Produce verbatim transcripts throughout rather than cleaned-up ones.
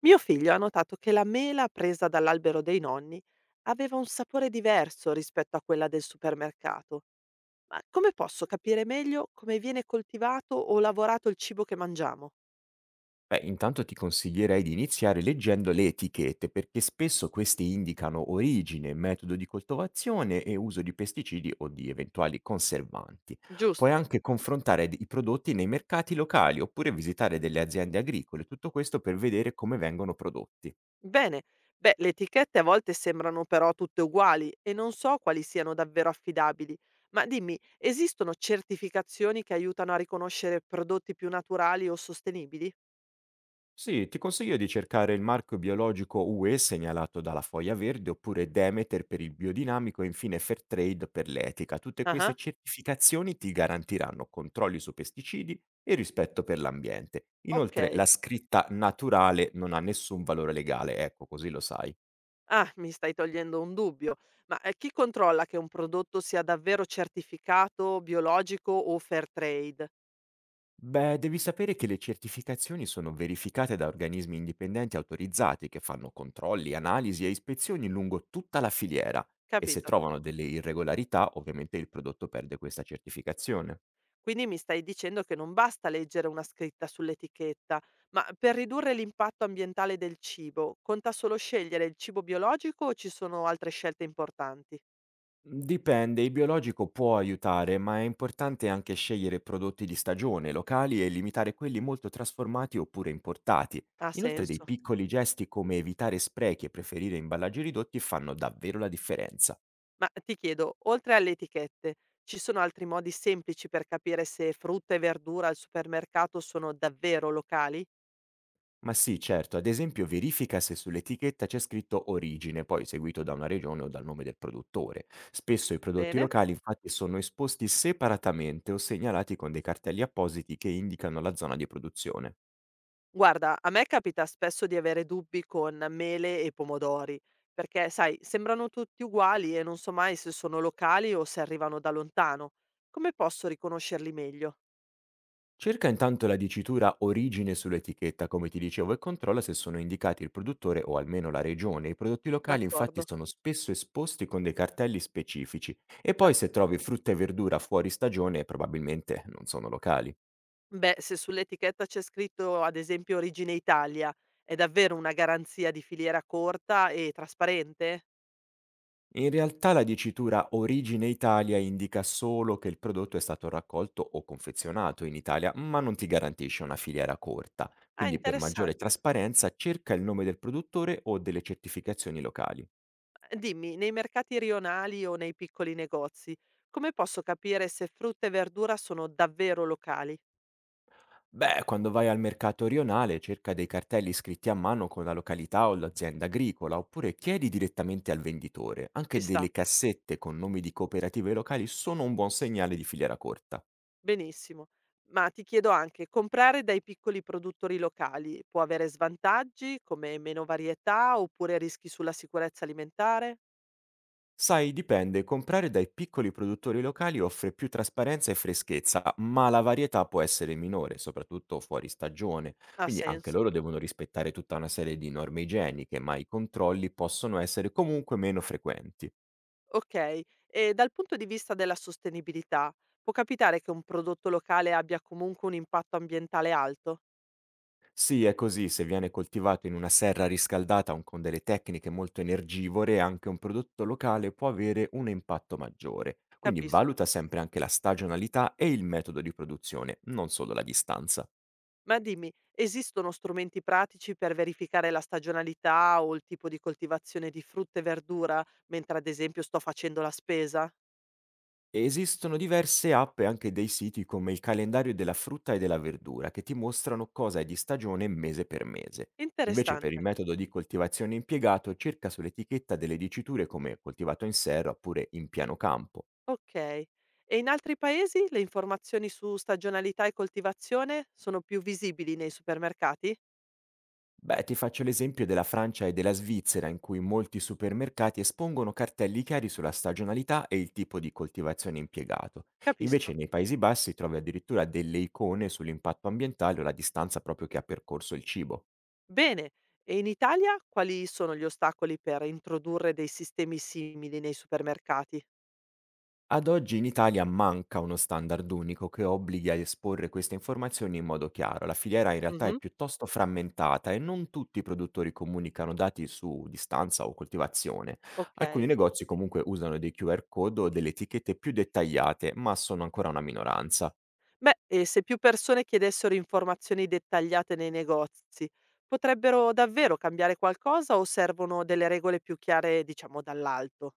Mio figlio ha notato che la mela presa dall'albero dei nonni aveva un sapore diverso rispetto a quella del supermercato. Ma come posso capire meglio come viene coltivato o lavorato il cibo che mangiamo? Beh, intanto ti consiglierei di iniziare leggendo le etichette, perché spesso queste indicano origine, metodo di coltivazione e uso di pesticidi o di eventuali conservanti. Puoi Giusto. anche confrontare d- i prodotti nei mercati locali oppure visitare delle aziende agricole, tutto questo per vedere come vengono prodotti. Bene. Beh, le etichette a volte sembrano però tutte uguali e non so quali siano davvero affidabili. Ma dimmi, esistono certificazioni che aiutano a riconoscere prodotti più naturali o sostenibili? Sì, ti consiglio di cercare il marchio biologico U E segnalato dalla Foglia Verde oppure Demeter per il biodinamico e infine Fairtrade per l'etica. Tutte queste Ah, certificazioni ti garantiranno controlli su pesticidi e rispetto per l'ambiente. ok. Inoltre la scritta naturale non ha nessun valore legale, ecco così lo sai. Ah, mi stai togliendo un dubbio. Ma, ehm, chi controlla che un prodotto sia davvero certificato biologico o fair trade? Beh, devi sapere che le certificazioni sono verificate da organismi indipendenti autorizzati che fanno controlli, analisi e ispezioni lungo tutta la filiera e se Capito. trovano delle irregolarità, ovviamente il prodotto perde questa certificazione. Quindi mi stai dicendo che non basta leggere una scritta sull'etichetta, ma per ridurre l'impatto ambientale del cibo, conta solo scegliere il cibo biologico o ci sono altre scelte importanti? Dipende, il biologico può aiutare, ma è importante anche scegliere prodotti di stagione, locali e limitare quelli molto trasformati oppure importati. Ha Inoltre dei senso. piccoli gesti come evitare sprechi e preferire imballaggi ridotti fanno davvero la differenza. Ma ti chiedo, oltre alle etichette, ci sono altri modi semplici per capire se frutta e verdura al supermercato sono davvero locali? Ma sì, certo. Ad esempio verifica se sull'etichetta c'è scritto origine, poi seguito da una regione o dal nome del produttore. Spesso i prodotti Bene. locali infatti sono esposti separatamente o segnalati con dei cartelli appositi che indicano la zona di produzione. Guarda, a me capita spesso di avere dubbi con mele e pomodori, perché sai, sembrano tutti uguali e non so mai se sono locali o se arrivano da lontano. Come posso riconoscerli meglio? Cerca intanto la dicitura origine sull'etichetta, come ti dicevo, e controlla se sono indicati il produttore o almeno la regione. I prodotti locali infatti D'accordo, sono spesso esposti con dei cartelli specifici e poi se capito. trovi frutta e verdura fuori stagione probabilmente non sono locali. Beh, se sull'etichetta c'è scritto ad esempio origine Italia, è davvero una garanzia di filiera corta e trasparente? In realtà la dicitura "Origine Italia" indica solo che il prodotto è stato raccolto o confezionato in Italia, ma non ti garantisce una filiera corta. Ah, Quindi per maggiore interessante. trasparenza cerca il nome del produttore o delle certificazioni locali. Eh, Dimmi, nei mercati rionali o nei piccoli negozi, come posso capire se frutta e verdura sono davvero locali? Beh, quando vai al mercato rionale cerca dei cartelli scritti a mano con la località o l'azienda agricola, oppure chiedi direttamente al venditore. Ci Anche sta. delle cassette con nomi di cooperative locali sono un buon segnale di filiera corta. Benissimo. Ma ti chiedo anche, comprare dai piccoli produttori locali può avere svantaggi come meno varietà oppure rischi sulla sicurezza alimentare? Sai, dipende, comprare dai piccoli produttori locali offre più trasparenza e freschezza, ma la varietà può essere minore, soprattutto fuori stagione, Ha quindi anche senso. loro devono rispettare tutta una serie di norme igieniche, ma i controlli possono essere comunque meno frequenti. Ok, e dal punto di vista della sostenibilità, può capitare che un prodotto locale abbia comunque un impatto ambientale alto? Sì, è così, se viene coltivato in una serra riscaldata o con delle tecniche molto energivore, anche un prodotto locale può avere un impatto maggiore. Quindi Capisco. valuta sempre anche la stagionalità e il metodo di produzione, non solo la distanza. Ma dimmi, esistono strumenti pratici per verificare la stagionalità o il tipo di coltivazione di frutta e verdura mentre ad esempio sto facendo la spesa? Esistono diverse app e anche dei siti come il calendario della frutta e della verdura che ti mostrano cosa è di stagione mese per mese. Invece per Interessante. il metodo di coltivazione impiegato cerca sull'etichetta delle diciture come coltivato in serra oppure in piano campo. Okay. E in altri paesi le informazioni su stagionalità e coltivazione sono più visibili nei supermercati? Beh, ti faccio l'esempio della Francia e della Svizzera in cui molti supermercati espongono cartelli chiari sulla stagionalità e il tipo di coltivazione impiegato. Capisco. Invece nei Paesi Bassi trovi addirittura delle icone sull'impatto ambientale o la distanza proprio che ha percorso il cibo. Bene. E in Italia quali sono gli ostacoli per introdurre dei sistemi simili nei supermercati? Ad oggi in Italia manca uno standard unico che obblighi a esporre queste informazioni in modo chiaro. La filiera in realtà è Mh-mh. piuttosto frammentata e non tutti i produttori comunicano dati su distanza o coltivazione. Okay. Alcuni negozi comunque usano dei Q R code o delle etichette più dettagliate, ma sono ancora una minoranza. Beh, e se più persone chiedessero informazioni dettagliate nei negozi, potrebbero davvero cambiare qualcosa o servono delle regole più chiare, diciamo, dall'alto?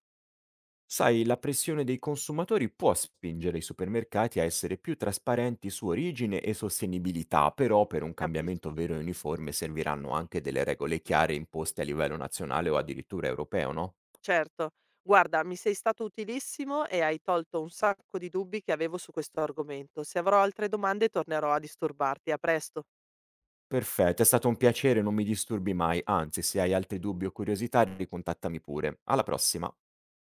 Sai, la pressione dei consumatori può spingere i supermercati a essere più trasparenti su origine e sostenibilità, però per un cambiamento Capisco. vero e uniforme serviranno anche delle regole chiare imposte a livello nazionale o addirittura europeo, no? Certo. Guarda, mi sei stato utilissimo e hai tolto un sacco di dubbi che avevo su questo argomento. Se avrò altre domande tornerò a disturbarti. A presto. Perfetto, è stato un piacere, non mi disturbi mai, anzi, se hai altri dubbi o curiosità, ricontattami pure. Alla prossima!